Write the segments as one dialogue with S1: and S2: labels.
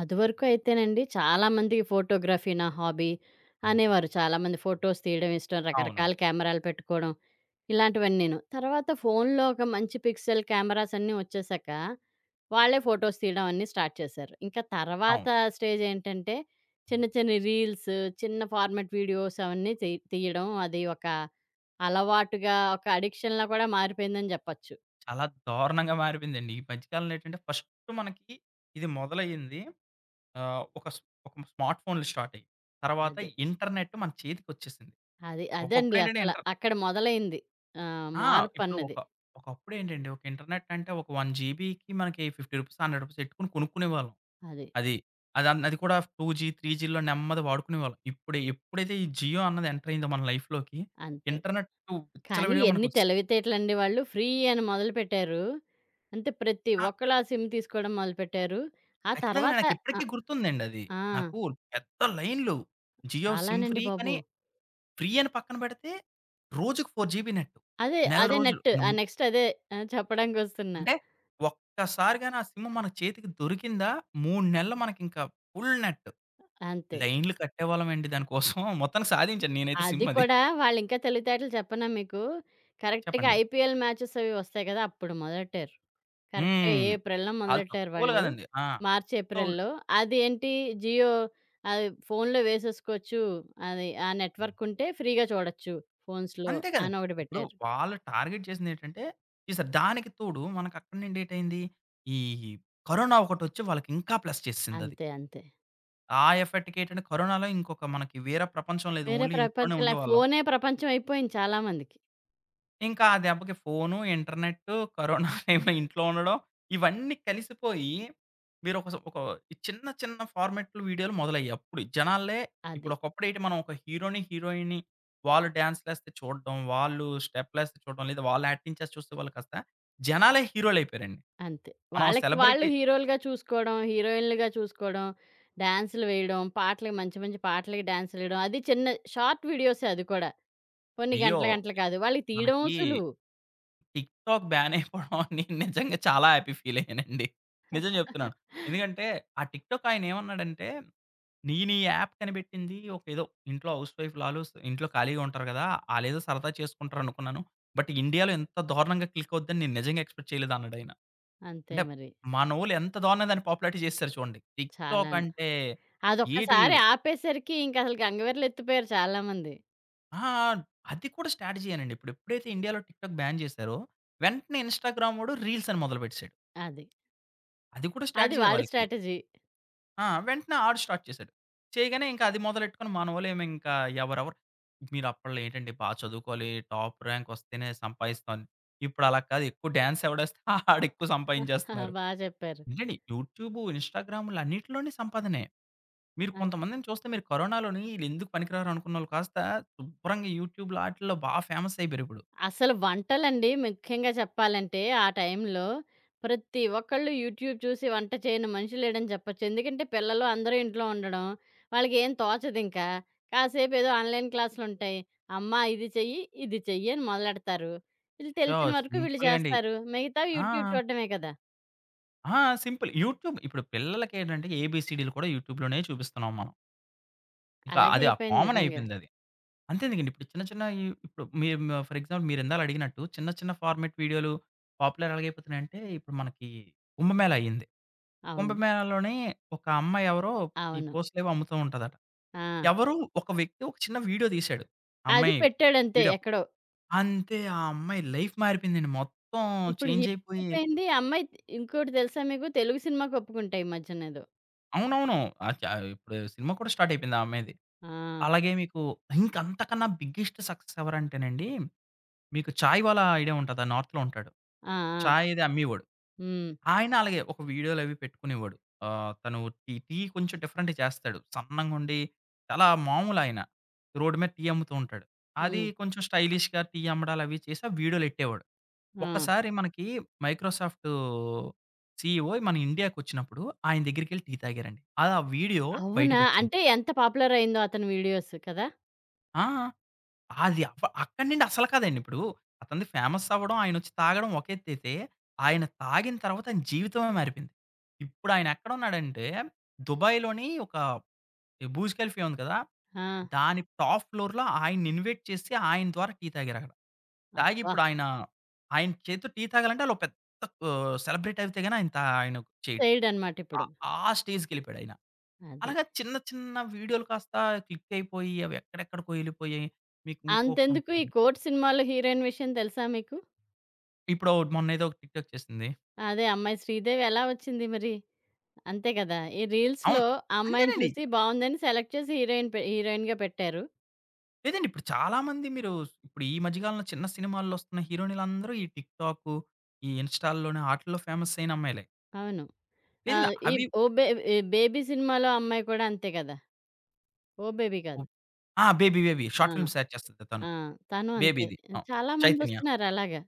S1: అదివరకు అయితేనండి చాలామందికి ఫోటోగ్రఫీ నా హాబీ అనేవారు. చాలామంది ఫోటోస్ తీయడం ఇష్టం.
S2: అవును.
S1: రకరకాల కెమెరాలు పెట్టుకోవడం ఇలాంటివన్నీను. తర్వాత ఫోన్‌లో ఒక మంచి పిక్సెల్ కెమెరాస్ అన్నీ వచ్చేసాక, వాళ్ళే ఫోటోస్ తీయడం అన్నీ స్టార్ట్ చేశారు. ఇంకా తర్వాత
S2: అవును.
S1: స్టేజ్ ఏంటంటే, చిన్న చిన్న రీల్స్, చిన్న ఫార్మాట్ వీడియోస్ అవన్నీ తీయడం అది ఒక అలవాటుగా, ఒక అడిక్షన్‌లా కూడా మారిపోయిందని చెప్పొచ్చు.
S2: చాలా దారుణంగా మారిపోయిందండి. ఈ మధ్య కాలంలో ఏంటంటే ఫస్ట్ మనకి ఇది మొదలయ్యింది. ఆహ్, ఒక స్ ఒక స్మార్ట్ ఫోన్‌లు స్టార్ట్ అయ్యాయి. తర్వాత
S1: అది.
S2: ఇంటర్నెట్ మన చేతికొచ్చేసింది.
S1: అది అదండి
S2: ఒకప్పుడు ఏంటంటే
S1: అసల.
S2: ఇంటర్
S1: అక్కడ మొదలైంది.
S2: ఆ! ఇప్పుడు
S1: మార్పన్నది.
S2: ఒకప్పుడు ఏంటండి ఒక ఇంటర్నెట్ అంటే ఒక 1 జీబీకి మనకి రూ. 50, రూ. 100 పెట్టుకొని కొనుక్కునేవాళ్ళం.
S1: అది.
S2: అది అది అన్ అది కూడా 2జీ, 3జీల్లో నెమ్మది వాడుకునేవాళ్ళం. ఇప్పుడు ఎప్పుడైతే ఈ జియో అన్నది ఎంటర్ అయిందో మన లైఫ్‌లోకి
S1: అంతే.
S2: ఇంటర్నెట్
S1: కానీ
S2: విచ్చలవిడిగా
S1: ఎన్ని
S2: మనకొచ్చేసింది.
S1: తెలివితేటలండి వాళ్ళు. ఫ్రీ అని మొదలుపెట్టారు. అంటే ప్రతి ఒక్కళ్ళు ఆ సిమ్ తీసుకోవడం మొదలుపెట్టారు. ఆ
S2: ఖచ్చితంగా
S1: తర్వాత ఆ!
S2: నాకిప్పటికి గుర్తుందండి అది.
S1: ఆ!
S2: నాకు పెద్ద లైన్‌లు. జియో సిమ్
S1: చాలానండి
S2: ఫ్రీ
S1: బాబు.
S2: కానీ, ఫ్రీ అని పక్కన పెడితే రోజుకి 4 జీబీ నెట్.
S1: అదే,
S2: నెల
S1: అదే
S2: రోజులు.
S1: నెట్. ఆ
S2: హ్మ్.
S1: నెక్స్ట్ అదే చెప్పడానికొస్తున్నా.
S2: అంటే ఒక్కసారిగా నా సిమ్ మన చేతికి దొరికిందా, 3 నెలలు మనకింకా ఫుల్ నెట్.
S1: అంతే.
S2: లైన్‌లు కట్టేవాళ్ళమండి దానికోసం. మొత్తానికి సాధించాను నేనైతే
S1: అది
S2: సిమ్ అది.
S1: కూడా వాళ్ళింకా తెలివితేటలు చెప్పనా మీకు? కరెక్ట్‌గా
S2: చెప్పండి.
S1: ఐపీఎల్ మ్యాచెస్ అవి వస్తాయి కదా! అప్పుడు మొదలెట్టారు. కరెక్ట్‌గా
S2: హ్మ్.
S1: ఏప్రిల్‌లో
S2: ఆళ్ళు
S1: మొదలెట్టారు
S2: తక్కువోళ్ళు
S1: వాళ్ళు.
S2: కాదండి. ఆ!
S1: మార్చి,
S2: సో
S1: ఏప్రిల్‌లో. అది ఏంటి జియో అది ఫోన్‌లో వేసేసుకోవచ్చు. అది ఆ నెట్‌వర్క్ ఉంటే ఫ్రీగా చూడొచ్చు ఫోన్స్‌లో
S2: అంతే
S1: అని
S2: కదండీ.
S1: ఒకటి
S2: ఇప్పుడు
S1: పెట్టారు.
S2: వాళ్ళు టార్గెట్ చేసిందేంటంటే, చేసారు. దానికి తోడు మనకక్కడి నుండి ఏటయింది, ఈ కరోనా ఒకటొచ్చి వాళ్ళకింకా ప్లస్ చేసేసిందది.
S1: అంతే. అంతే.
S2: ఆ ఎఫెక్ట్‌కేటంటే, కరోనాలో ఇంకొక మనకి వేరే ప్రపంచం లేదు.
S1: వేరే
S2: ఓన్లీ ఇంట్లోనే
S1: ప్రపంచంలా
S2: ఉండేవాళ్ళం.
S1: ఫోనే ప్రపంచం అయిపోయింది చాలా మందికి.
S2: ఇంకా ఆ దెబ్బకి ఫోను, ఇంటర్నెట్టు, కరోనా టైమ్‌లో ఇంట్లో ఉండడం ఇవన్నీ కలిసిపోయి మీరు ఒక స్ ఒక చిన్న చిన్న ఫార్మాట్‌లు వీడియోలు మొదలయ్యాయి. అప్పుడు జనాలే ఇప్పుడు
S1: అది.
S2: ఒకప్పుడేటి మనం ఒక హీరోని, హీరోయిన్‌ని వాళ్ళు డాన్స్‌లేస్తే చూడడం, వాళ్ళు స్టెప్‌లేస్తే చూడడం, లేదా వాళ్ళు యాక్టింగ్ చేసి చూస్తే వాళ్ళు కాస్త జనాలే హీరోలయిపోయారండి.
S1: అంతే.
S2: మనం
S1: వాళ్ళకి వాళ్ళు
S2: సెలబ్రిటీ
S1: హీరోలుగా చూసుకోవడం, హీరోయిన్‌లుగా చూసుకోవడం, డాన్సులు వేయడం, పాటలకి మంచి మంచి పాటలకి డాన్సులేయడం. అది చిన్న షార్ట్ వీడియోసే అది కూడా. కొన్ని
S2: అయ్యో!
S1: గంటలు గంటలు కాదు. వాళ్ళకి తీయడం
S2: మనకి
S1: సులువు.
S2: టిక్‌టాక్ బ్యాన్ అయిపోవడం అని నిజంగా చాలా హ్యాపీ ఫీల్ అయ్యానండి. నిజం చెప్తున్నాను. ఎందుకంటే ఆ టిక్‌టాక్ ఆయన ఏమన్నాడంటే, నేను ఈ యాప్ కనిపెట్టింది ఒక ఏదో ఇంట్లో హౌస్ వైఫ్‌లు ఆలు ఇంట్లో ఖాళీగా ఉంటారు కదా! ఆళ్ళేదో సరదా చేసుకుంటారనుకున్నాను. బట్ ఇండియాలో ఇంత దారుణంగా క్లిక్ అవుద్దని నేను నిజంగా ఎక్స్‌పెక్ట్ చేయలేదన్నాడాయన.
S1: అంతే
S2: అంటే
S1: మరి.
S2: మనోళ్ళు ఎంత దారుణంగా దాన్ని పాపులారిటీ చేసేసారు చూడండి. టిక్‌టాక్
S1: చాలాను.
S2: అంటే ఏటి
S1: అదొక్కసారి ఆపేసరికి ఇంకసలు గంగవీరులెత్తిపోయారు చాలామంది.
S2: ఆ! అది కూడా స్ట్రాటజీయేనండి. ఇప్పుడు ఎప్పుడైతే ఇండియాలో టిక్‌టాక్ బ్యాన్ చేశారో, వెంటనే ఇన్‌స్టాగ్రామోడు రీల్స్ అని మొదలుపెట్టేసాడు.
S1: అది.
S2: అది కూడా
S1: అది
S2: స్ట్రాటజీయే
S1: వాడి
S2: వాళ్ళకి.
S1: స్ట్రాటజీ.
S2: ఆ! వెంటనే ఆడు స్టార్ట్ చేశాడు. చేయగానే ఇంకా అది మొదలెట్టుకొని మనోళ్ళేమో ఇంకా ఎవరెవరు, "మీరు అప్పట్లో ఏంటండి బా చదువుకోవాలి, టాప్ ర్యాంక్ వస్తేనే సంపాదిస్తాం. ఇప్పుడు అలా కాదు ఎక్కువ డాన్స్ ఎవడేస్తే ఆడెక్కువ సంపాదించేస్తున్నారు."
S1: బా చెప్పారు.
S2: ఏంటండి యూట్యూబు, ఇన్‌స్టాగ్రామ్‌లు అన్నిటిలోని సంపాదనే. మీరు
S1: అంతే.
S2: కొంతమందిని చూస్తే మీరు కరోనాలోని ఈళ్ళెందుకు పనికిరారు అనుకున్నోళ్ళు కాస్త శుభ్రంగా యూట్యూబ్‌లో ఆటిల్లో బా ఫేమస్ అయిపోయారిప్పుడు.
S1: అసలు వంటలండి ముఖ్యంగా చెప్పాలంటే ఆ టైంలో ప్రతి ఒక్కళ్ళు యూట్యూబ్ చూసి వంట చేయని మనిషి లేడని చెప్పొచ్చు. ఎందుకంటే పిల్లలు అందరూ ఇంట్లో ఉండడం, వాళ్ళకేం తోచదింకా. కాసేపు ఏదో ఆన్‌లైన్ క్లాసులుంటాయి. అమ్మా ఇది చెయ్యి, ఇది చెయ్యి అని మొదలెడతారు. వీళ్ళు
S2: సో,
S1: తెలిసిన వరకు వీళ్ళు
S2: సింపుల్‌గా అండి.
S1: చేస్తారు. మిగతావి
S2: ఆ!
S1: యూట్యూబ్ చూడడమే కదా!
S2: ఆ! సింపుల్. యూట్యూబ్ ఇప్పుడు పిల్లలకేంటంటే ఏబీసీడీలు కూడా యూట్యూబ్‌లోనే చూపిస్తున్నాం మనం. ఇక
S1: అలాగే
S2: అది ఆ
S1: అయిపోయింది
S2: కామన్
S1: నిజంగా.
S2: అయిపోయిందది. అంతే ఎందుకండి. ఇప్పుడు చిన్న చిన్నయి ఇప్పుడు మీరు మ ఫర్ ఎగ్జాంపుల్ మీరిందాల అడిగినట్టు చిన్న చిన్న ఫార్మాట్ వీడియోలు పాపులర్ ఎలాగైపోతున్నాయంటే ఇప్పుడు మనకి కుంభమేళా అయింది.
S1: అవును.
S2: కుంభమేళాలోనే ఒక అమ్మాయి ఎవరో ఈ
S1: అవును.
S2: పోస్టులేవో అమ్ముతూ ఉంటదట.
S1: ఆ!
S2: ఎవరో ఒక వ్యక్తి ఒక చిన్న వీడియో తీశాడు.
S1: అది
S2: అమ్మాయి
S1: పెట్టాడంతే
S2: వీడియో.
S1: ఎక్కడో.
S2: అంతే ఆ అమ్మాయి లైఫ్ మారిపోయిందండి. మొత్తం
S1: ఇప్పుడు
S2: చేంజ్
S1: హీరో
S2: అయిపోయి
S1: అయిపోయింది. ఆ అమ్మాయి ఇంకోటి తెలుసా మీకు? తెలుగు సినిమాకి ఒప్పుకుంటా ఈ మధ్యనేదో.
S2: అవునవును. ఆహ్, చ ఇప్పుడు సినిమా కూడా స్టార్ట్ అయిపోయింది ఆ అమ్మాయిది.
S1: ఆ!
S2: అలాగే మీకు ఇంకంతకన్నా బిగ్గెస్ట్ సక్సెస్ ఎవరంటేనండి, మీకు 'చాయ్ వాలా' ఐడియా ఉంటదా? నార్త్‌లో ఉంటాడు.
S1: ఆ! ఆ!
S2: చాయ్ అది అమ్మేవాడు.
S1: హ్మ్.
S2: ఆయన అలాగే ఒక వీడియోలవి పెట్టుకునేవాడు. తను టీ కొంచెం డిఫరెంట్‌గా చేస్తాడు. సన్నంగుండి చాలా మామూలాయన. రోడ్డు మీద టీ అమ్ముతూ ఉంటాడు. అది
S1: హ్మ్.
S2: కొంచెం స్టైలిష్‌గా టీ అమ్మడాలవి చేసి ఆ వీడియోలెట్టేవాడు.
S1: ఆ!
S2: ఒక్కసారి మనకి మైక్రోసాఫ్ట్ సీఈఓ మన ఇండియాకొచ్చినప్పుడు ఆయన దగ్గరికెళ్ళి టీ తాగారండి. అది ఆ వీడియో
S1: అవునా?
S2: బయటకొచ్చింది.
S1: అంటే ఎంత పాపులర్ అయిందో అతని వీడియోస్ కదా!
S2: ఆ! అది అవ అక్కడి నుండి అసలు కాదండి. ఇప్పుడు అతనిది ఫేమస్ అవ్వడం, ఆయనొచ్చి తాగడం ఒక ఎత్తైతే, ఆయన తాగిన తర్వాత ఆయన జీవితమే మారిపోయింది. ఇప్పుడాయన ఎక్కడున్నాడంటే, దుబాయ్‌లోని ఒక బూజ్ కెలిఫీ ఉంది కదా!
S1: ఆ!
S2: దాని టాప్ ఫ్లోర్‌లో ఆయన్ని ఇన్వైట్ చేసి, ఆయన ద్వారా టీ తాగారక్కడ. తాగి
S1: అబ్బా!
S2: ఇప్పుడు ఆయన, ఆయన చేత్తో టీ తాగాలంటే ఆళ్ళు పెద్ద సెలబ్రిటీ అయితే గాని ఆయన చేయడు.
S1: సైల్డ్ అనమాట
S2: ఆ
S1: ఇప్పుడు.
S2: ఆ స్టేజ్‌కెళ్ళిపోయాడాయన.
S1: అది.
S2: అలాగా చిన్న చిన్న వీడియోలు కాస్త క్లిక్ అయిపోయి, అవి ఎక్కడెక్కడికో ఎళ్ళిపోయాయి. మీకు
S1: అంతెందుకు ఈ
S2: ఇంకొకటుంటుంది.
S1: కోర్ట్ సినిమాలో హీరోయిన్ విషయం తెలుసా మీకు?
S2: ఇప్పుడు ఓటి మొన్నేదో ఒక టిక్‌టాక్ చేసింది.
S1: అదే అమ్మాయి శ్రీదేవి ఎలా వచ్చింది మరి? అంతే కదా! ఈ రీల్స్‌లో
S2: అవును.
S1: ఆ అమ్మాయిని
S2: అంతేనండి.
S1: చూసి బావుందని సెలెక్ట్ చేసి హీరోయిన్‌గా పెట్టారు.
S2: లేదండి ఇప్పుడు చాలామంది మీరు ఇప్పుడు ఈ మధ్య కాలంలో చిన్న సినిమాల్లో వస్తున్న హీరోయిన్‌లందరూ ఈ టిక్‌టాకు, ఈ ఇన్‌స్టాల్లోనే ఆటిల్లో ఫేమస్ అయిన అమ్మాయిలే.
S1: అవును. ఆ!
S2: లేదండి
S1: ఈ
S2: అవి
S1: 'ఓ బే ఈ 'బేబీ' సినిమాలో అమ్మాయి కూడా అంతే కదా! 'ఓ బేబీ' కాదు.
S2: ఉప్ ఆ! 'బేబీ బేబీ'
S1: ఆ!
S2: షార్ట్ ఫిల్మ్స్ యాక్ట్ చేస్తది తను.
S1: ఆ! తను అంతే.
S2: 'బేబీ'ది. ఆ!
S1: చాలా
S2: 'చైతన్య'
S1: మందొస్తున్నారు అలాగా.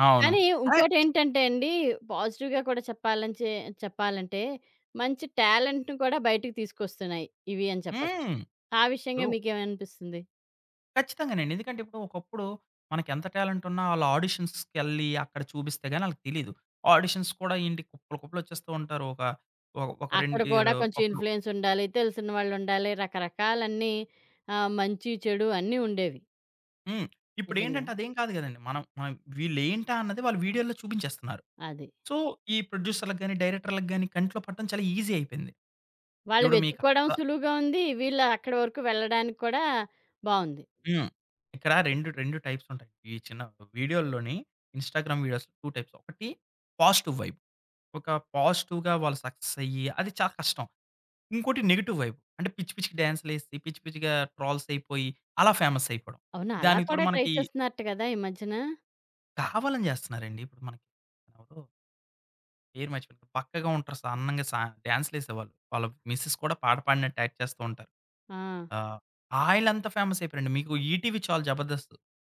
S2: ఆ, అవును.
S1: కానీ
S2: అదే
S1: ఇంకోటేంటంటే అండి, పాజిటివ్‌గా కూడా చెప్పాలని చెప్పాలంటే, మంచి టాలెంట్‌ని కూడా బయటికి తీసుకొస్తున్నాయి ఇవి అని చెప్పొచ్చు.
S2: హ్మ్.
S1: ఆ విషయంగా
S2: ఇప్పుడు
S1: మీకేమనిపిస్తుంది?
S2: ఖచ్చితంగానండి. ఎందుకంటే ఇప్పుడు ఒకప్పుడు మనకెంత టాలెంట్ ఉన్నా ఆళ్ళు ఆడిషన్స్‌కెళ్ళి అక్కడ చూపిస్తే గాని ఆళ్ళకి తెలీదు. ఆడిషన్స్ కూడా ఏంటి కుప్పలు కుప్పలు వచ్చేస్తూ ఉంటారు. ఒక 2
S1: అక్కడ కూడా
S2: ఇయర్
S1: కొంచెం
S2: ఒకరు
S1: ఇన్‌ఫ్లూయెన్స్ ఉండాలి, తెలిసిన వాళ్ళుండాలి, రకరకాలన్నీ మంచి, చెడు అన్నీ ఉండేవి
S2: హ్మ్.
S1: నిజంగా.
S2: ఇప్పుడేంటంటే అదేం కాదు గదండీ. మనం మనం వీళ్ళేంటా అన్నది వాళ్ళు వీడియో‌లో చూపించేస్తున్నారు.
S1: అది.
S2: సో, ఈ ప్రొడ్యూసర్‌లకి గాని, డైరెక్టర్‌లకి గాని కంట్లో పట్టడం చాలా ఈజీ అయిపోయింది.
S1: వాళ్ళు
S2: ఇప్పుడు మీకు
S1: వెతుక్కోవడం
S2: అక్కడ
S1: సులువుగా ఉంది. వీళ్ళు అక్కడి వరకు వెళ్ళడానికి కూడా బావుంది.
S2: హ్మ్. ఇక్కడ 2 టైప్స్ ఉంటాయి. ఈ చిన్న వీడియోల్లోని ఇన్‌స్టాగ్రామ్ వీడియోస్ 2 టైప్స్. ఒకటి పాజిటివ్ వైబ్. ఒక పాజిటివ్‌గా వాళ్ళు సక్సెస్ అయ్యి అది చాలా కష్టం. ఇంకోటి నెగెటివ్ వైబ్. అంటే పిచ్చి పిచ్చిగా డాన్స్‌లేసి, పిచ్చి పిచ్చిగా ట్రోల్స్ అయిపోయి అలా ఫేమస్ అయిపోవడం.
S1: అవునా! అలా
S2: దానికి తోడు
S1: కూడా ట్రై
S2: మనకి
S1: చేస్తున్నారట కదా! ఈ మధ్యన.
S2: కావాలని జేస్తున్నారండి. ఇప్పుడు మనకి ఎవరో పేరు మర్చిపోయాను. బక్కగా ఉంటారు. సన్నంగా సా డాన్స్‌లేసేవాళ్ళు. వాళ్ళ మిసెస్ కూడా పాట పాడినట్టు యాక్ట్ చేస్తూ ఉంటారు.
S1: ఆ!
S2: ఆహ్, ఆళ్ళంతా ఫేమస్ అయిపోయారండి. మీకు ఈటీవీ చాలు 'జబర్దస్త్.'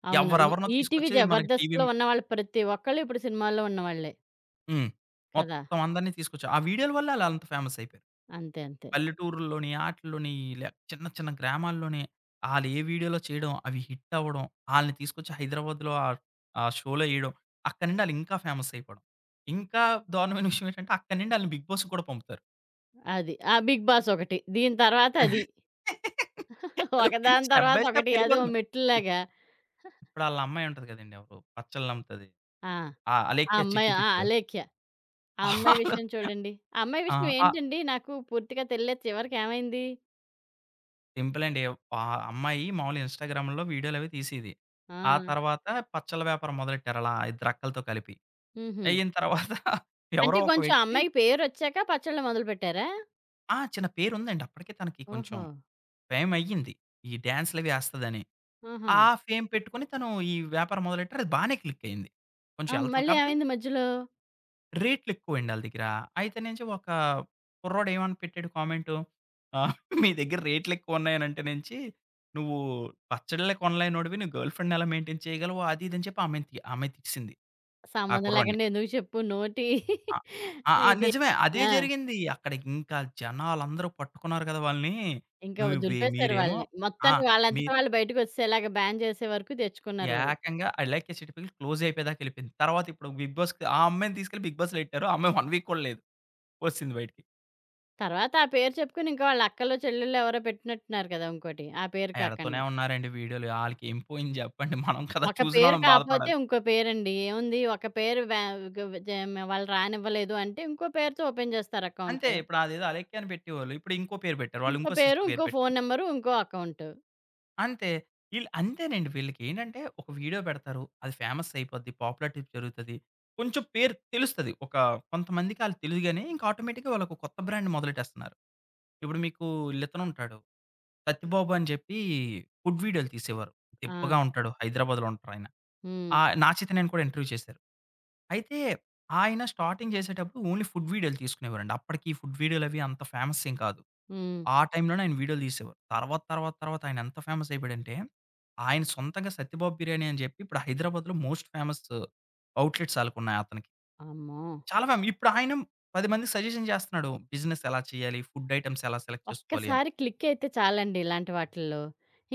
S1: అవును. ఈ
S2: ఎవరెవరినో
S1: ఈటీవీ
S2: తీసుకొచ్చి మనకి టీవీ
S1: జబర్దస్త్‌లో
S2: మి
S1: ఉన్నవాళ్ళు ప్రతి ఒక్కళ్ళు ఇప్పుడు సినిమాల్లో ఉన్నవాళ్ళే.
S2: హ్మ్.
S1: కదా!
S2: మొత్తం అందరిని తీసుకొచ్చి ఆ వీడియోల వల్లే ఆళ్ళంత ఫేమస్ అయిపోయారు.
S1: అంతే. అంతే.
S2: పల్లెటూరుల్లోని, ఆటిల్లోని ఇలా చిన్న చిన్న గ్రామాల్లోని ఆళ్ళు ఏ వీడియోలో చేయడం, అవి హిట్ అవ్వడం, ఆళ్ళని తీసుకొచ్చి హైదరాబాద్‌లో ఆ షోలో ఎయడం. అక్కడి నుండి ఆళ్ళు ఇంకా ఫేమస్ అయిపోవడం. ఇంకా దారుణమైన విషయం ఏంటంటే అక్కడి నుండి ఆళ్ళని 'బిగ్ బాస్‌కి' కూడా పంపుతారు.
S1: అది. ఆ 'బిగ్ బాస్' ఒకటి. దీని తర్వాత అది.
S2: హలో!
S1: ఒకదాని
S2: స్టెప్
S1: తర్వాత
S2: బై స్టెప్
S1: ఒకటి. అదో
S2: వెళ్ళిపోతున్నాం. ఇప్
S1: మెట్లులాగా.
S2: ఇప్పుడు ఆళ్ళ అమ్మాయి ఉంటది కదండీ! ఎవరు పచ్చళ్ళమ్ముతది.
S1: ఆ!
S2: ఆ
S1: ఆ
S2: అలేఖ్య
S1: అమ్మాయి
S2: చిట్టి
S1: ఆ!
S2: పిక్‌లు.
S1: 'అలేఖ్య.' ఆ అమ్మాయి
S2: ఆళ్ళు
S1: విషయం చూడండి. ఆ అమ్మాయి
S2: ఆ!
S1: విషయం
S2: ఆ!
S1: ఏంటండి నాకు పూర్తిగా తెలియలేదు. చివరికి ఏమైంది?
S2: సింపుల్ అండి. ఆ అమ్మాయి మామూలుగా ఇన్‌స్టాగ్రామ్‌లో వీడియోలవి తీసేది.
S1: ఆ!
S2: ఆ తర్వాత పచ్చళ్ళ వ్యాపారం మొదలెట్టారు అలా ఇద్దరక్కలతో కలిపి.
S1: హుహు.
S2: అయిన తర్వాత ఎవరో
S1: అంటే
S2: ఒక
S1: కొంచెం
S2: వ్యక్తి
S1: అమ్మాయికి పేరొచ్చాక పచ్చళ్ళు మొదలుపెట్టారా?
S2: ఆ! చిన్న పేరుందండి. అప్పటికే తనకి కొంచెం
S1: ఓహో!
S2: ఫేమ్ అయ్యింది. ఈ డాన్స్‌లవి ఏస్తదని.
S1: ఆహా!
S2: ఆ ఫేమ్ పెట్టుకొని తను ఈ వ్యాపారం మొదలెట్టారు. అది బానే క్లిక్ అయింది.
S1: ఆ!
S2: కొంచెం ఎళ్తుంది.
S1: మళ్ళీ
S2: కాపోతే
S1: ఏమైంది మధ్యలో?
S2: రేట్లెక్కువండి ఆళ్ళ దగ్గర. అయితేనేంచి ఒక కుర్రోడు ఏమని పెట్టాడు కామెంటు, ఆహ్, మీ దగ్గర రేట్లెక్కువున్నాయనంటే నించి, "నువ్వు పచ్చళ్ళే కొనలేనోడివి, నువ్వు గర్ల్ ఫ్రెండ్‌నెలా మెయింటైన్ చేయగలవు?" అది ఇది అని చెప్పి ఆమె తిట్టిసింది ఆ
S1: సంబంధం
S2: కుర్రోడిని.
S1: లేకుండా ఎందుకు చెప్పు నోటి
S2: ఆ! ఆ! ఆ!
S1: ఇది.
S2: నిజమే. అదే
S1: ఆ!
S2: జరిగింది. అక్కడ ఇంకా జనాలందరూ పట్టుకున్నారు కదా వాళ్ళని.
S1: ఇంకా
S2: నువ్వే
S1: దులిపేశారు
S2: మీరేమో
S1: వాళ్ళని.
S2: ఆ!
S1: మొత్తానికి వాళ్ళంతట
S2: మీరు
S1: వాళ్ళు బయటకొచ్చేలాగా బ్యాన్ చేసే వరకు తెచ్చుకున్నారు వాళ్ళు.
S2: ఏకంగా I like a city pill close అయిపోయేదాకా ఎళ్ళిపోయింది. తర్వాత ఇప్పుడు బిగ్ బాస్‌కి ఆ అమ్మాయిని తీసుకెళ్ళి బిగ్ బాస్‌లో ఎట్టారు. ఆ అమ్మాయి 1 వీక్ కూడా లేదు. ఒచ్చేసింది బయటికి.
S1: తర్వాత ఆ పేరు చెప్పుకొని ఇంకా వాళ్ళ అక్కలో, చెల్లెల్లో ఎవరో పెట్టినట్టున్నారు కదా! ఇంకోటి. ఆ పేరు
S2: ఎడతూనే
S1: కాకుండా.
S2: ఉన్నారండి వీడియోలు. ఆళ్ళకేం పోయింది జెప్పండి. మనం కదా
S1: ఒక పేరు
S2: చూసినోళ్ళం
S1: కాపోతే
S2: బాధపడాలి.
S1: ఇంకో పేరండి. ఏముంది ఒక పేరు వా గ్ జ వాళ్ళు రానివ్వలేదు అంటే ఇంకో పేరుతో ఓపెన్ చేస్తారు అకౌంట్.
S2: అంతే ఇప్పుడు అదేదో అలెక్కి అని పెట్టేవాళ్ళు. ఇప్పుడు ఇంకో పేరు పెట్టారు. వాళ్ళు
S1: ఇంకో
S2: ఇంకో
S1: పేరు,
S2: సిస్టర్ పేరు
S1: ఇంకో ఫోను
S2: పెట్టుకున్నారు.
S1: నంబరు, ఇంకో అకౌంటు.
S2: అంతే. ఈళ్ళు అంతేనండి వీళ్ళకేంటంటే ఒక వీడియో పెడతారు. అది ఫేమస్ అయిపోద్ది. పాపులారిటీ జరుగుతది. కొంచెం పేరు తెలుస్తది. ఒక కొంతమందికి ఆళ్ళు తెలియగానే ఇంక ఆటోమేటిక్‌గా వాళ్ళొక కొత్త బ్రాండ్ మొదలెట్టేస్తున్నారు. ఇప్పుడు మీకు ఈళ్ళితనుంటాడు. 'సత్తిబాబు' అని చెప్పి ఫుడ్ వీడియోలు తీసేవారు.
S1: ఆ!
S2: దిబ్బగా ఉంటాడు. హైదరాబాద్‌లో ఉంటారాయన.
S1: హ్మ్.
S2: 'నా చేత నేను' కూడా ఇంటర్వ్యూ చేశారు. అయితే ఆయన స్టార్టింగ్ చేసేటప్పుడు ఓన్లీ ఫుడ్ వీడియోలు తీసుకునేవారండి. అప్పటికి ఫుడ్ వీడియోలవి అంత ఫేమస్ ఏం కాదు.
S1: హ్మ్.
S2: ఆ టైంలోనే ఆయన వీడియోలు తీసేవారు. తర్వాత ఆయన ఎంత ఫేమస్ అయిపోయాడంటే, ఆయన సొంతంగా 'సత్యబాబు బిర్యానీ' అని చెప్పి ఇప్పుడు హైదరాబాద్‌లో మోస్ట్ ఫేమస్ అవుట్‌లెట్స్ ఆళ్ళకున్నాయి అతనికి.
S1: అమ్మో!
S2: చాలా ఫేమ ఇప్పుడు ఆయన 10 మందికి సజెషన్ చేస్తున్నాడు. బిజినెస్ ఎలా చేయాలి? ఫుడ్ ఐటెమ్స్ ఎలా సెలెక్ట్ చేసుకోవాలి అని.
S1: ఒక్కసారి క్లిక్కయితే చాలండి ఇలాంటి వాటిల్లో.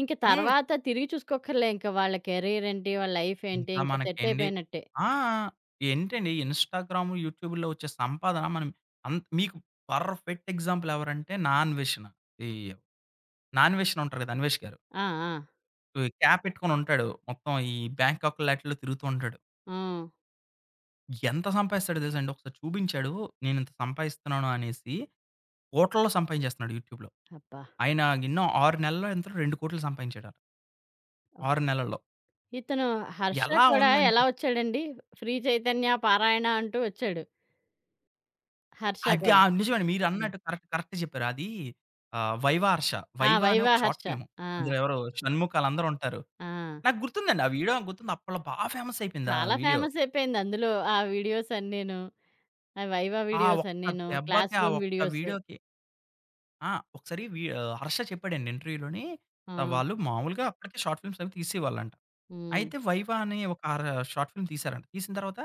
S1: ఇంక
S2: హ్మ్.
S1: తర్వాత తిరిగి చూసుకోక్కర్లే ఇంక వాళ్ళ కెరీరేంటి, వాళ్ళ లైఫేంటి
S2: ఇంకా
S1: ఇంక
S2: మనకండి
S1: సెట్టయిపోయినట్టే.
S2: ఆ! ఏంటండి ఇన్‌స్టాగ్రామ్, యూట్యూబ్‌లో వచ్చే సంపాదన మనం మీకు పర్ఫెక్ట్ ఎగ్జాంపుల్ ఎవరంటే 'నా అన్వేషణ.' ఈ 'నా అన్వేషణ' ఉంటారు కదా! అన్వేష్ గారు.
S1: ఆ! ఆ!
S2: ఈ క్యాప్ పెట్టుకొని ఉంటాడు. మొత్తం ఈ బ్యాంకాక్‌లో ఆటిల్లో తిరుగుతూ ఉంటాడు.
S1: హ్మ్.
S2: ఎంత సంపాదిస్తాడో తెలుసా అండి? ఒకసారి చూపించాడు. నేను ఇంత సంపాదిస్తున్నాను అనేసి కోట్లల్లో సంపాదించేస్తున్నాడు యూట్యూబ్‌లో.
S1: అబ్బా!
S2: ఆయన ఎన్నో 6 నెలల్లో ఎంతనో 2,00,00,000 సంపాదించాడట.
S1: అబ్
S2: 6 నెలల్లో.
S1: ఇతను 'హర్ష'
S2: ఎలా
S1: కూడా ఎలా
S2: ఉందంటే
S1: ఒచ్చాడండి? 'ఫ్రీ చైతన్య పారాయణ' అంటూ ఒచ్చాడు. 'హర్ష'
S2: అది
S1: కూడా.
S2: ఆ! నిజమండి.
S1: ఆ!
S2: మీరన్నట్టు కరెక్ట్ కరెక్టే చెప్పారు. అది 'వైవా హర్ష.'
S1: ఆ!
S2: 'వైవా' అనే
S1: 'వైవా
S2: ఒక షార్ట్
S1: హర్ష.'
S2: ఫిల్మ్.
S1: ఆ!
S2: అందులో ఎవరో షణ్ముఖ్ ఆళ్ళందరూ ఉంటారు.
S1: ఆ!
S2: నాకు గుర్తుందండి. ఆ వీడియో నాకు గుర్తుంది. అప్పట్లో బాగా ఫేమస్ అయిపోయింది ఆ
S1: చాలా
S2: వీడియో.
S1: ఫేమసయిపోయింది అందులో ఆ వీడియోసన్నీను. ఆ! వైవా
S2: ఆ
S1: వీడియోస్
S2: ఒక్క
S1: అన్నీను. క్లాస్
S2: ఆ
S1: రూమ్
S2: ఒక్క
S1: వీడియోస్.
S2: వీడియోకి ఆ! హర్ష చెప్పాడండి ఇంటర్వ్యూలోని
S1: ఆ!
S2: వాళ్ళు మామూలుగా అప్పటికే షార్ట్ ఫిల్మ్స్ అవి తీసేవాళ్ళంట.
S1: హ్మ్.
S2: అయితే 'వైవా' అనే ఒక ఆర షార్ట్ ఫిల్మ్ తీశారంట. తీసిన తర్వాత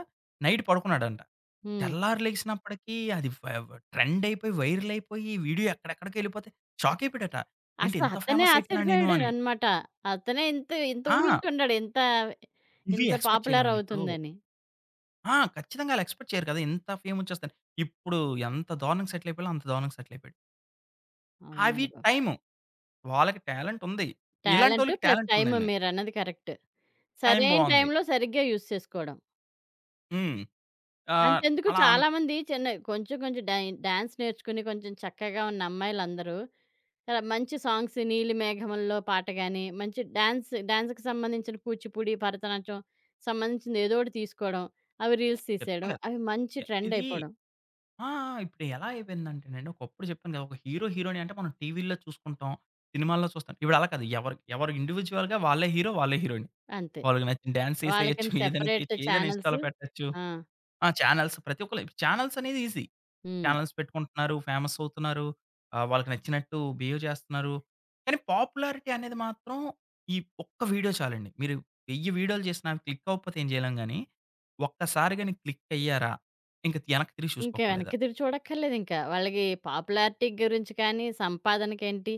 S2: నైట్ పడుకున్నాడంట.
S1: హ్మ్.
S2: తెల్లారి లెగిసినప్పటికీ అది ఫ ట్రెండ్ అయిపోయి, వైరల్ అయిపోయి, వీడియో ఎక్కడెక్కడికో ఎళ్ళిపోతే షాక్ అయిపోయాడట. ఏంటి
S1: అసలు
S2: ఇంత
S1: అతనే
S2: ఫేమస్ అయిపోయానా నేను అని.
S1: ఆశ్చర్యపోయాడనమాట. అతనే ఇంత ఇంత
S2: ఆ!
S1: ఊహించుండడు. ఇంత
S2: ఇవి
S1: ఇంత
S2: ఎక్స్‌పెక్ట్
S1: పాపులర్
S2: చేయలేమండి ఇప్పుడు.
S1: అవుతుందని.
S2: ఆ! ఖచ్చితంగా అలా ఎక్స్‌పెక్ట్ చేయరు కదా! ఇంత ఫేమ్ వచ్చేస్తదని. ఇప్పుడు ఎంత దారుణంగా సెటిల్ అయిపోయాలో అంత దారుణంగా సెటిల్ అయిపోయాడు. అవి
S1: అవునండి బాబు.
S2: టైము. వాళ్ళకి టాలెంట్ ఉంది.
S1: టాలెంట్
S2: ఇలాంటోళ్ళకి
S1: ప్లస్
S2: టాలెంట్
S1: టైమ్
S2: ఉందండి.
S1: మీరన్నది కరెక్ట్.
S2: టైం
S1: సరైన
S2: బావుంది.
S1: టైంలో సరిగ్గా యూజ్ చేసుకోవడం.
S2: హ్మ్. ఆహ్,
S1: అంతెందుకు
S2: అలా అన్
S1: చాలామంది చిన్న కొంచెం కొంచెం డాన్స్ నేర్చుకుని కొంచెం చక్కగా ఉన్న అమ్మాయిలందరూ చాలా మంచి సాంగ్స్ 'నీలి మేఘంలో' పాట గాని, మంచి డాన్స్‌కి సంబంధించిన కూచిపూడి, భరతనాట్యం సంబంధించింది ఏదో ఒకటి తీసుకోవడం. అవి రీల్స్ తీసేయడం.
S2: చెప్తాను కదా!
S1: అవి మంచి
S2: ఎ
S1: ట్రెండ్
S2: ఇది
S1: అయిపోవడం.
S2: ఆ! ఇప్పుడు ఎలా అయిపోయిందంటేనండి, ఒకప్పుడు చెప్పాను కదా! ఒక హీరో, హీరోయిన్ అంటే మనం టీవీల్లో చూసుకుంటాం, సినిమాల్లో చూస్తాం. ఇప్పుడు అలా కాదు. ఎవరు ఎవరు ఇండివిడ్యుయల్‌గా వాళ్ళే హీరో, వాళ్ళే హీరోయిన్.
S1: అంతే.
S2: వాళ్ళకి నచ్చిన డాన్స్ ఏసేయొచ్చు,
S1: వాళ్ళకని
S2: ఏదైనా
S1: సెపరేట్
S2: చేయొచ్చు, ఏదైనా
S1: ఛానెల్స్.
S2: ఇన్‌స్టాలో పెట్టొచ్చు.
S1: ఆ!
S2: ఆ! ప్రతి ఒక్కళ్ళు ఛానెల్స్ అనేది ఈజీ.
S1: హ్మ్.
S2: ఛానెల్స్ పెట్టుకుంటున్నారు, ఫేమస్ అవుతున్నారు. వాళ్ళకి నచ్చినట్టు బిహేవ్ చేస్తున్నారు. కానీ పాపులారిటీ అనేది మాత్రం ఈ ఒక్క వీడియో చాలండి. మీరు 1000 వీడియోలు చేసినా అవి క్లిక్ అవ్వకపోతే ఏం చేయలేం గానీ, ఒక్కసారిగా నీకు క్లిక్ అయ్యారా, ఇంక వెనక్కి తిరిగి
S1: ఇంకా
S2: చూసుకోక్కర్లేదు.
S1: వెనక్కి తిరిగి చూడక్కర్లేదింకా. వాళ్ళకి పాపులారిటీ గురించి కానీ, సంపాదనకేంటి,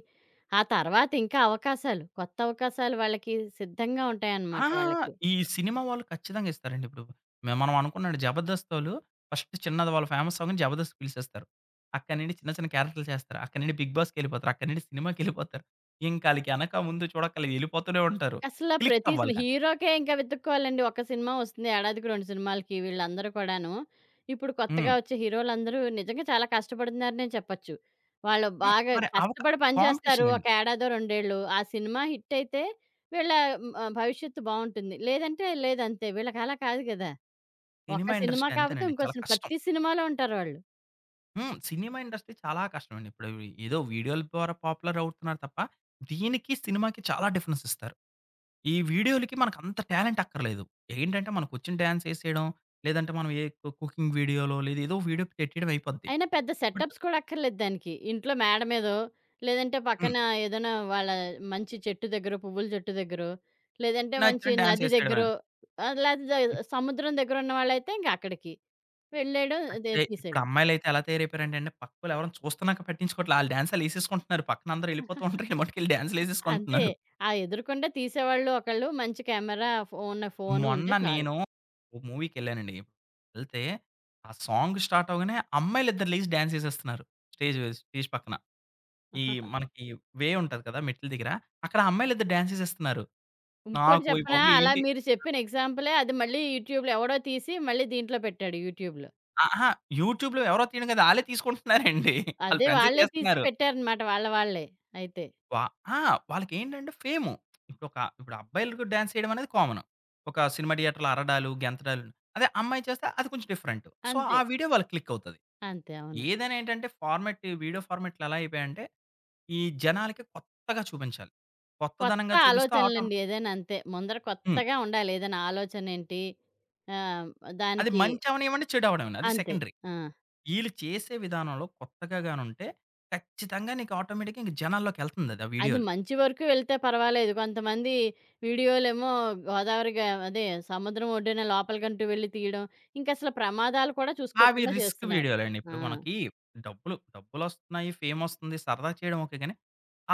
S1: ఆ తర్వాత ఇంకా అవకాశాలు, కొత్త అవకాశాలు వాళ్ళకి సిద్ధంగా ఉంటాయన్నమాట
S2: ఆహా!
S1: వాళ్ళకి.
S2: ఈ సినిమా వాళ్ళు ఖచ్చితంగా ఇస్తారండి. ఇప్పుడు మనం అనుకున్నాడు 'జబర్దస్తోళ్ళు' ఫస్ట్ చిన్నది వాళ్ళు ఫేమస్ అవ్వగానే 'జబర్దస్త్' పిలిచేస్తారు. అక్కడి నుండి చిన్న చిన్న క్యారెక్టర్‌లు చేస్తారు. అక్కడి నుండి 'బిగ్ బాస్'కెళ్ళిపోతారు. అక్కడి నుండి సినిమాకెళ్ళిపోతారు. ఇంక ఆళ్ళకి ఎనక ముందు చూడక్కర్లేదు ఎళ్ళిపోతూనే ఉంటారు.
S1: అసల
S2: క్లిక్
S1: ప్రతి సిని
S2: అవ్వాలి కానీ.
S1: హీరోకే ఇంకా వెతుక్కోవాలండి. ఒక సినిమా వస్తుంది ఏడాదికి 2 సినిమాలకి వీళ్ళందరూ కూడాను. ఇప్పుడు కొత్తగా
S2: హ్మ్.
S1: వచ్చే హీరోలందరూ నిజంగా చాలా కష్టపడుతున్నారనే చెప్పొచ్చు. వాళ్ళు బాగా
S2: మరి అవక
S1: కష్టపడి పనిచేస్తారు.
S2: కాంపిటీషన్
S1: ఒక
S2: అండి.
S1: ఏడాదో, 2 ఏళ్ళు. ఆ సినిమా హిట్టయితే వీళ్ళ భవిష్యత్తు బావుంటుంది. లేదంటే లేదంతే. వీళ్ళకలా కాదు గదా! ఒక
S2: సినిమా
S1: సినిమా
S2: ఇండస్ట్రీ
S1: కాకపోతే
S2: అంతేనండి.
S1: ఇంకో
S2: చాలా
S1: సినిమా.
S2: కష్టం.
S1: ప్రతి సినిమాలో ఉంటారు వాళ్ళు.
S2: హ్మ్. సినిమా ఇండస్ట్రీ చాలా కష్టం అండి. ఇప్పుడు ఏదో వీడియోల ద్వారా పాపులర్ అవుతున్నారు తప్ప, దీనికి సినిమాకి చాలా డిఫరెన్స్ ఇస్తారు. ఈ వీడియోలకి మనకంత టాలెంట్ అక్కర్లేదు. ఏంటంటే మనకొచ్చిన డాన్స్ ఎసేయడం, లేదంటే మనం ఏ కు కుకింగ్ వీడియోలో లేదా ఏదో వీడియో పెట్టేయడం అయిపోద్ది.
S1: అయినా పెద్ద
S2: బట్
S1: సెటప్స్ కూడా అక్కర్లేదు దానికి. ఇంట్లో మేడ మీదో, లేదంటే
S2: హ్మ్.
S1: పక్కన ఏదైనా వాళ్ళ మంచి చెట్టు దగ్గరో, పువ్వుల చెట్టు దగ్గరో, లేదంటే మంచి
S2: నచ్చిన డాన్స్
S1: నది
S2: ఎసేయడమే.
S1: దగ్గరో, లేతే
S2: ఇప్
S1: సముద్రం దగ్గర ఉన్నవాళ్ళైతే ఇంక అక్కడికి. వెళ్ళేయడం అదే
S2: అంటే ఇప్పుడు
S1: తీసేయడం.
S2: అమ్మాయిలైతే ఎలా తయారైపోయారంటే అండి పక్కోళ్ళు ఎవరైనా చూస్తున్నాక పట్టించుకోవట్లే. ఆళ్ళ డాన్స్ ఆళ్ళేసేసుకుంటున్నారు. పక్కన అందరూ ఎళ్ళిపోతూ ఉంటారు. ఎమ్మటికెళ్ళి
S1: అంతే.
S2: డాన్స్‌లేసేసుకుంటున్నారు.
S1: ఆ ఎదురుకుండా తీసేవాళ్ళు ఒకళ్ళు, మంచి కెమెరా ఉన్న ఫోను
S2: మొన్న
S1: ఉంటే చాలు.
S2: నేను ఓ మూవీకెళ్ళానండి. ఎళ్తే ఆ సాంగ్ స్టార్ట్ అవ్వగానే అమ్మాయిలిద్దరు లేసి డాన్స్ ఎసేస్తున్నారు. స్టేజ్ స్టేజ్ పక్కన. ఈ మనకి వే ఉంటది కదా! మెట్ల దగ్గర. అక్కడ అమ్మాయిలిద్దరు డాన్స్ ఎసేస్తున్నారు.
S1: ఇంకోటి
S2: నాకు "ఓయ్
S1: చెప్పనా?
S2: బాబోయ్!
S1: అలా
S2: ఏంటి"
S1: మీరు చెప్పిన ఎగ్జాంపులే అది మళ్ళీ యూట్యూబ్‌లో ఎవడో తీసి మళ్ళీ దీంట్లో పెట్టాడు యూట్యూబ్‌లో.
S2: అహా! యూట్యూబ్‌లో ఎవరో తీయడం కాదు. ఆళ్ళే తీసుకుంటున్నారండి. ఆళ్ళ
S1: అదే
S2: ఫ్రెండ్సే
S1: వాళ్ళే తీసి
S2: తీస్తున్నారు.
S1: పెట్టారనమాట. వాళ్ళ వాళ్ళే అయితే.
S2: వా ఆ! వాళ్ళకేంటంటే ఫేము. ఇప్పుడు అబ్బాయిలకు డాన్స్ చేయడం అనేది కామన్. ఒక సినిమా థియేటర్‌లో అరడాలు, గెంతడాలు. అదే అమ్మాయి చేస్తే అది కొంచెం డిఫరెంట్. సో,
S1: అంతే.
S2: ఆ వీడియో వాళ్ళకి క్లిక్ అవుతది.
S1: అంతే. అవును.
S2: ఏదైనా ఏంటంటే ఫార్మాట్‌లు ఎలా అయిపోయాయంటే, ఈ జనాలకి కొత్తగా చూపించాలి.
S1: కొత్త
S2: కొత్తదనంగా చూపిస్తే
S1: ఆలోచనలండి
S2: ఆటోమేటిక్
S1: ఏదైనా అంతే. ముందర
S2: హ్మ్.
S1: కొత్తగా ఉండాలి. ఏదైనా ఆలోచనేంటి ఆహ్,
S2: అది
S1: దానికి
S2: మంచి అవనివ్వండి, చెడు అవనివ్వండి అది
S1: అంతే.
S2: సెకండరీ.
S1: ఆ!
S2: ఈళ్ళు చేసే విధానంలో కొత్తగా గానుంటే ఖచ్చితంగా నీకు ఆటోమేటిక్‌గా ఇంక జనాల్లోకెళ్తుందది ఆ
S1: అది
S2: వీడియోలు.
S1: మంచి వరకు వెళ్తే పర్వాలేదు. కొంతమంది వీడియోలేమో గోదావరి గ అదే సముద్రం ఒడ్డున లోపలికంటూ వెళ్లి తీయడం. ఇంకసలు ప్రమాదాలు కూడా
S2: అవి
S1: చూసుకోకుండా
S2: రిస్క్
S1: చేస్తున్నారు.
S2: వీడియోలండి.
S1: ఆ!
S2: ఇప్పుడు మనకి డబ్బులొస్తున్నాయి, ఫేమొస్తుంది, సరదా చేయడం ఓకే గానీ,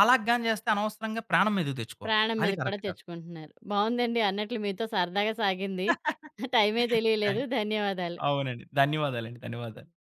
S2: అలాగ గాని చేస్తే అనవసరంగా ప్రాణం మీదకి తెచ్చుకోవాలి.
S1: ప్రాణం
S2: అది
S1: మీద కూడా
S2: కరెక్ట్ కాదు.
S1: తెచ్చుకుంటున్నారు. బావుందండి అన్నట్లు మీతో సరదాగా సాగింది. టైమే తెలియలేదు.
S2: థాంక్
S1: ధన్యవాదాలు.
S2: అవునండి. ధన్యవాదాలు.